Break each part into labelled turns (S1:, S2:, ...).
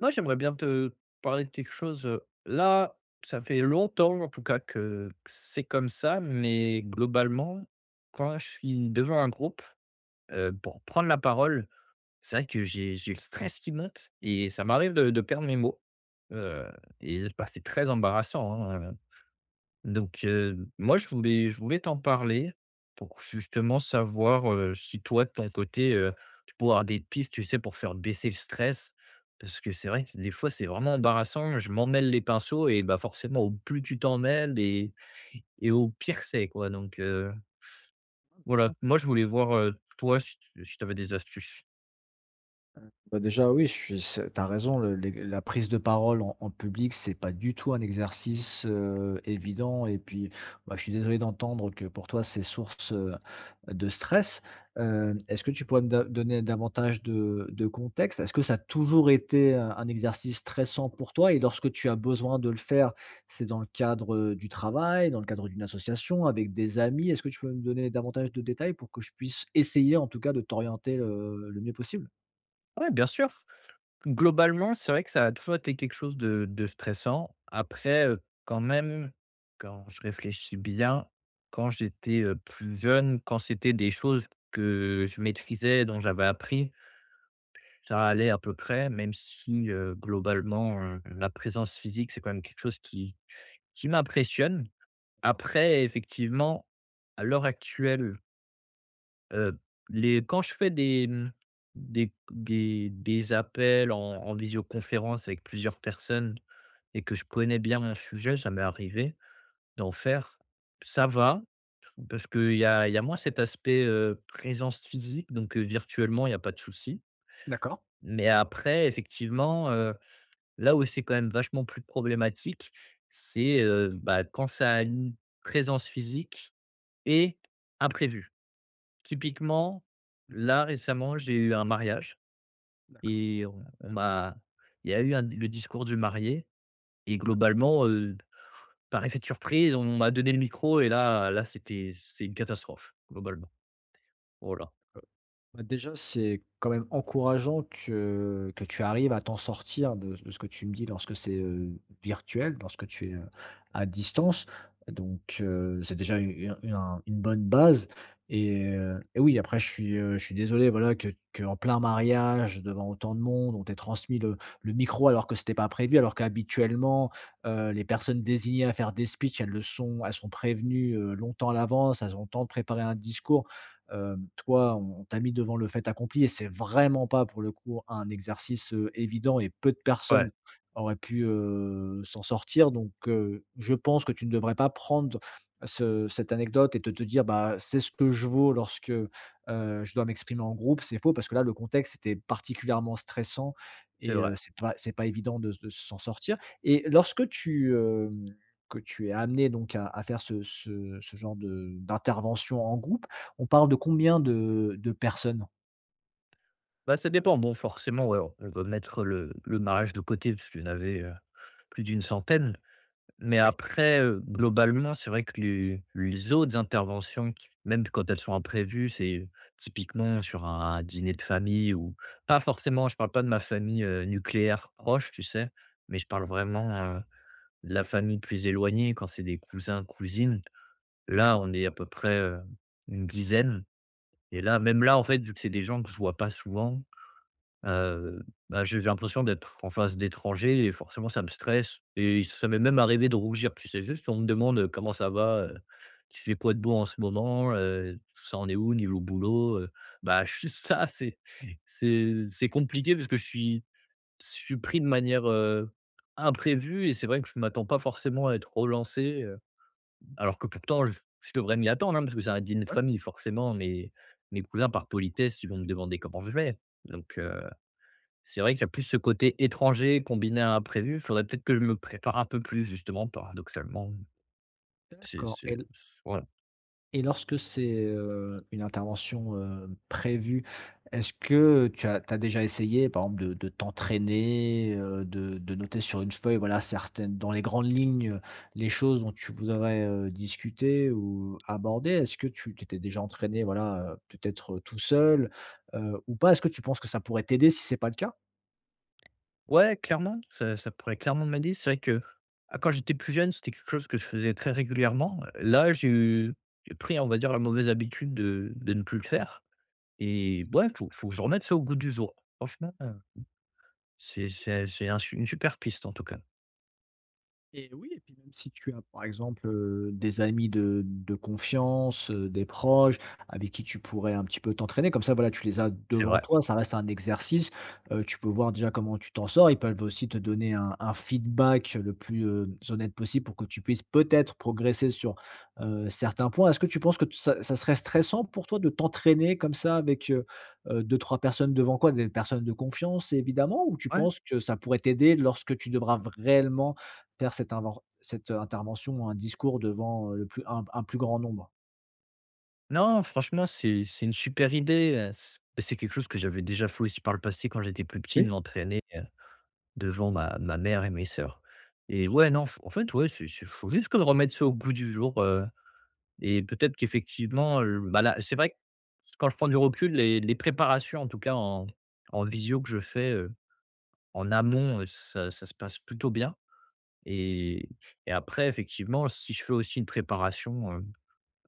S1: Moi, j'aimerais bien te parler de quelque chose. Là, ça fait longtemps, en tout cas, que c'est comme ça, mais globalement, quand je suis devant un groupe, pour prendre la parole, c'est vrai que j'ai le stress qui monte et ça m'arrive de perdre mes mots. Euh, et bah, c'est très embarrassant, hein. Donc, moi je voulais t'en parler pour justement savoir, si toi de ton côté, tu pouvais avoir des pistes, tu sais, pour faire baisser le stress. Parce que c'est vrai que des fois c'est vraiment embarrassant, je m'en mêle les pinceaux et bah, forcément au plus tu t'en mêles et au pire c'est quoi donc, voilà.
S2: Sûr.
S1: Moi je voulais voir, toi si tu avais des astuces.
S2: Bah, déjà, oui, je suis c'est tu raison, le les la prise de parole en public, c'est pas du tout un exercice, évident et puis, bah, je suis désolé d'entendre que pour toi, c'est source, de stress. Est-ce que tu pourrais me da donner davantage de contexte? Est-ce que ça a toujours été un exercice stressant pour toi et lorsque tu as besoin de le faire, c'est dans le cadre, du travail, dans le cadre d'une association, avec des amis? Est-ce que tu peux me donner davantage de détails pour que je puisse essayer en tout cas de t'orienter, le mieux possible?
S1: Ouais, bien sûr. Globalement, c'est vrai que ça a toujours été quelque chose de stressant. Après, quand même, quand je réfléchis bien, quand j'étais, plus jeune, quand c'était des choses que je maîtrisais, dont j'avais appris, ça allait à peu près, même si, globalement, la présence physique, c'est quand même quelque chose qui m'impressionne. Après, effectivement, à l'heure actuelle. Heu, les quand je fais des, mmh, des appels en visioconférence avec plusieurs personnes et que je connais bien mon sujet, ça m'est arrivé d'en faire. Ça va, parce qu'il y a moins cet aspect, présence physique, donc virtuellement, il y a pas de souci. Mais après, effectivement, là où c'est quand même vachement plus problématique, c'est, bah, quand ça a une présence physique et imprévu. Typiquement, là, récemment, j'ai eu un mariage et on m'a il y a eu un le discours du marié et
S2: Ouais,
S1: globalement, par effet de surprise, on m'a donné le micro et là, c'est une catastrophe, globalement. Voilà.
S2: d'accord. Bah, déjà, c'est quand même encourageant que tu arrives à t'en sortir de ce que tu me dis lorsque c'est, virtuel, lorsque tu es, à distance. Donc, c'est déjà une un une bonne base et oui, après, je suis désolé, voilà, que en plein mariage, devant autant de monde, on t'ait transmis le micro alors que c'était pas prévu, alors qu'habituellement, les personnes désignées à faire des speeches, elles sont prévenues, longtemps à l'avance, elles ont le temps de préparer un discours. Toi, on t'a mis devant le fait accompli et c'est vraiment pas pour le coup un exercice, évident et peu de
S1: Ouais,
S2: personnes auraient pu, s'en sortir donc je pense que tu ne devrais pas prendre ce cette anecdote et te dire: «Bah, c'est ce que je vaux lorsque, je dois m'exprimer en groupe». C'est faux parce que là, le contexte était particulièrement stressant
S1: c'est
S2: et
S1: vrai.
S2: c'est pas évident de s'en sortir et lorsque tu, que tu es amené donc à faire ce genre de d'intervention en groupe, on parle de combien de personnes?
S1: Bah, ça dépend. Bon, forcément, ouais, on peut mettre le mariage de côté puisqu'il y en avait, plus d'une centaine. Mais
S2: Oui.
S1: après, globalement, c'est vrai que les autres interventions, même quand elles sont imprévues, c'est typiquement sur un dîner de famille ou pas forcément, je parle pas de ma famille, nucléaire proche, tu sais? Mais je parle vraiment, heu, de la famille plus éloignée quand c'est des cousins, cousines. Là, on est à peu près, une dizaine. Et là, même là, en fait, vu que c'est des gens que je vois pas souvent, Heu, bah, j'ai l'impression d'être en face d'étrangers et forcément ça me stresse et ça m'est même arrivé de rougir, tu sais? Juste on me demande: Comment ça va? Tu fais quoi de beau en ce moment? Ça en est où niveau boulot?» Bah, juste ça c'est compliqué parce que je suis pris de manière, imprévue et c'est vrai que je ne m'attends pas forcément à être relancé, alors que pourtant je devrais m'y attendre, hein, parce que c'est un dîner de famille forcément mes cousins par politesse, ils vont me demander comment je vais donc c'est vrai qu'il y a plus ce côté étranger combiné à imprévu. Il faudrait peut-être que je me prépare un peu plus justement, paradoxalement.
S2: D'accord
S1: C'est voilà.
S2: et lorsque c'est, une intervention, prévue, est-ce que tu as tu déjà essayé, par exemple, de t'entraîner, de noter sur une feuille, voilà, certaines dans les grandes lignes, les choses dont tu voudrais, discuter ou aborder? Est-ce que tu t'étais déjà entraîné, voilà, peut-être, tout seul, ou pas? Est-ce que tu penses que ça pourrait t'aider si c'est pas le cas?
S1: Ouais, clairement, ça pourrait clairement m'aider. C'est vrai que, ah, quand j'étais plus jeune, c'était quelque chose que je faisais très régulièrement. Là, j'ai pris, on va dire, la mauvaise habitude de ne plus le faire et ouais, faut que je remette ça au goût du jour. Franchement, c'est un su une super piste en tout cas.
S2: Et oui, et puis même si tu as, par exemple, des amis de confiance, des proches avec qui tu pourrais un petit peu t'entraîner comme ça, voilà, tu les as
S1: C'est
S2: devant
S1: vrai.
S2: toi, ça reste un exercice, tu peux voir déjà comment tu t'en sors. Ils peuvent aussi te donner un feedback le plus, honnête possible pour que tu puisses peut-être progresser sur, certains points. Est-ce que tu penses que t ça serait stressant pour toi de t'entraîner comme ça avec, 2-3 personnes devant quoi? Des personnes de confiance évidemment ou tu
S1: Ouais.
S2: penses que ça pourrait t'aider lorsque tu devras réellement faire cette intervention ou un discours devant, le plus un plus grand nombre.
S1: Non, franchement, c'est une super idée, c'est quelque chose que j'avais déjà fait aussi par le passé quand j'étais plus petit, de
S2: Oui,
S1: m'entraîner, devant ma mère et mes sœurs et ouais, non, f en fait, ouais, il faut juste que je remette ça au goût du jour, et peut-être qu'effectivement, bah, là, c'est vrai que quand je prends du recul, les préparations, en tout cas en visio que je fais, en amont, ça se passe plutôt bien et et après effectivement, si je fais aussi une préparation,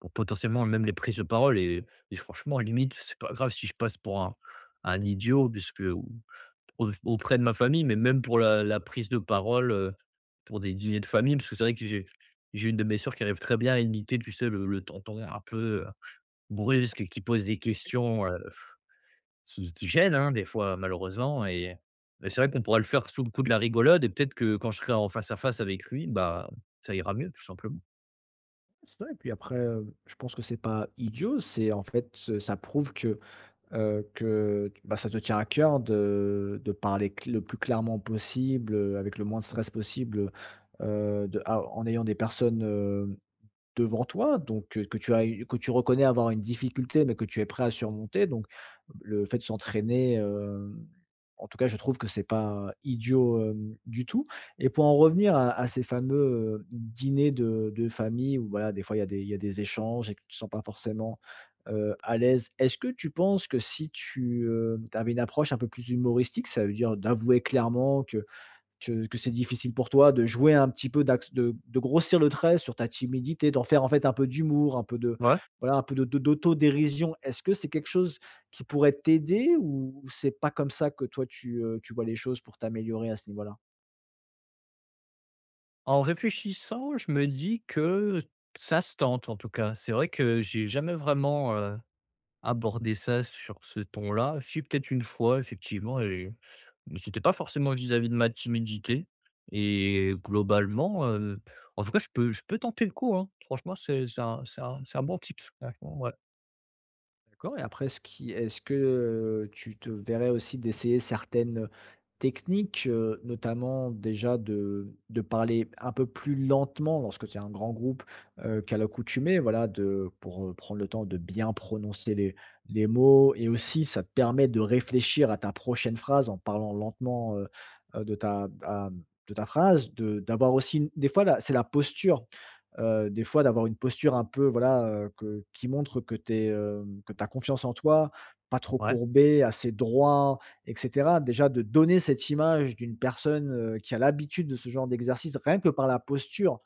S1: pour potentiellement même les prises de parole et franchement limite, c'est pas grave si je passe pour un idiot puisque au auprès de ma famille, mais même pour la prise de parole, pour des dîners de famille. Parce que c'est vrai que j'ai une de mes sœurs qui arrive très bien à imiter, tu sais, le tonton un peu, brusque qui pose des questions, qui gênent, hein, des fois malheureusement et c'est vrai qu'on pourrait le faire sous le coup de la rigolade et peut-être que quand je serai en face à face avec lui, bah, ça ira mieux tout simplement.
S2: c'est ça et puis après, je pense que c'est pas idiot, c'est en fait, ça prouve que, bah, ça te tient à cœur de parler cl le plus clairement possible, avec le moins de stress possible, de a en ayant des personnes, devant toi, donc que tu as eu que tu reconnais avoir une difficulté, mais que tu es prêt à surmonter, donc le fait de s'entraîner, en tout cas, je trouve que c'est pas idiot, du tout et pour en revenir à ces fameux, dîners de famille où voilà, des fois, il y a des échanges et que tu ne te sens pas forcément, à l'aise. Est-ce que tu penses que si tu, tu avais une approche un peu plus humoristique, ça veut dire d'avouer clairement que c'est difficile pour toi de jouer un petit peu, de grossir le trait sur ta timidité, d'en faire en fait un peu d'humour, un peu de
S1: Ouais.
S2: voilà, un peu de d'autodérision. Est-ce que c'est quelque chose qui pourrait t'aider ou c'est pas comme ça que toi tu, tu vois les choses pour t'améliorer à ce niveau-là?
S1: En réfléchissant, je me dis que ça se tente, en tout cas. C'est vrai que j'ai jamais vraiment, abordé ça sur ce ton-là. Si, peut-être une fois, effectivement et mais c'était pas forcément vis-à-vis de ma timidité et globalement, en tout cas, je peux tenter le coup, hein. Franchement, c'est un bon tip. Franchement, ouais.
S2: D'accord et après ce qui est-ce que, tu te verrais aussi d'essayer certaines techniques, notamment déjà de parler un peu plus lentement lorsque tu es un grand groupe, qu'à l'accoutumée, voilà, de pour, prendre le temps de bien prononcer les mots et aussi ça te permet de réfléchir à ta prochaine phrase en parlant lentement, de ta à, de ta phrase, de d'avoir aussi une des fois la c'est la posture. Des fois d'avoir une posture un peu voilà, que qui montre que t'es es, que tu as confiance en toi, pas trop
S1: Ouais,
S2: courbé, assez droit et cetera. Déjà de donner cette image d'une personne, qui a l'habitude de ce genre d'exercice rien que par la posture,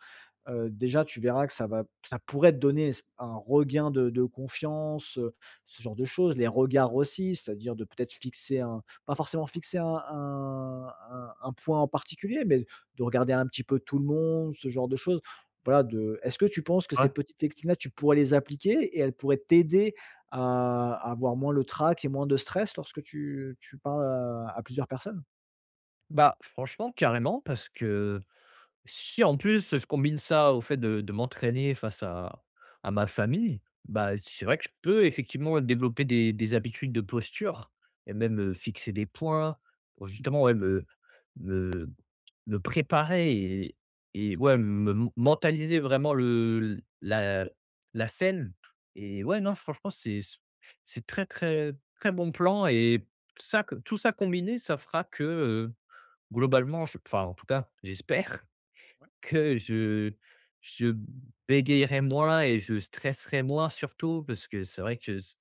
S2: déjà, tu verras que ça pourrait te donner s un regain de confiance, ce genre de choses. Les regards aussi, c'est-à-dire de peut-être fixer un pas forcément fixer un point en particulier, mais de regarder un petit peu tout le monde, ce genre de choses. Voilà, de est-ce que tu penses que ces
S1: ouais.
S2: petites techniques-là, tu pourrais les appliquer et elles pourraient t'aider à avoir moins le trac et moins de stress lorsque tu parles à plusieurs personnes?
S1: Bah, franchement, carrément. Parce que si en plus, je combine ça au fait de m'entraîner face à ma famille, bah, c'est vrai que je peux effectivement développer des habitudes de posture et même, fixer des points pour justement, ouais, me me préparer et ouais, me mentaliser vraiment le la la scène et ouais, non, franchement, c'est très, très, très bon plan et ça, tout ça combiné, ça fera que, globalement, je enfin, en tout cas, j'espère, que je bégayerais moins et je stresserais moins surtout parce que c'est vrai que s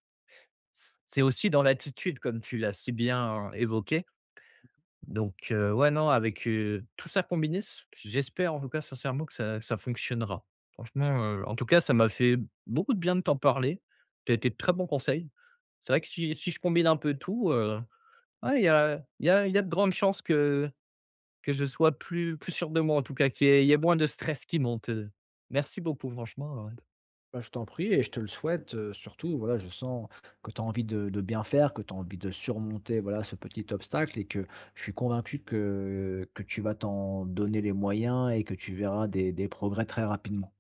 S1: c'est aussi dans l'attitude comme tu l'as si bien évoqué. Donc ouais, non, avec, tout ça combiné, s j'espère en tout cas sincèrement que ça fonctionnera. Franchement, en tout cas, ça m'a fait beaucoup de bien de t'en parler. Tu as été de très bons conseils. C'est vrai que si je combine un peu tout, ouais, il y a il y a il y a de grandes chances que je sois plus sûr de moi en tout cas, qu'il y ait moins de stress qui monte. Merci beaucoup franchement.
S2: Bah, je t'en prie et je te le souhaite, surtout, voilà, je sens que tu as envie de bien faire, que tu as envie de surmonter, voilà, ce petit obstacle et que je suis convaincu que tu vas t'en donner les moyens et que tu verras des progrès très rapidement.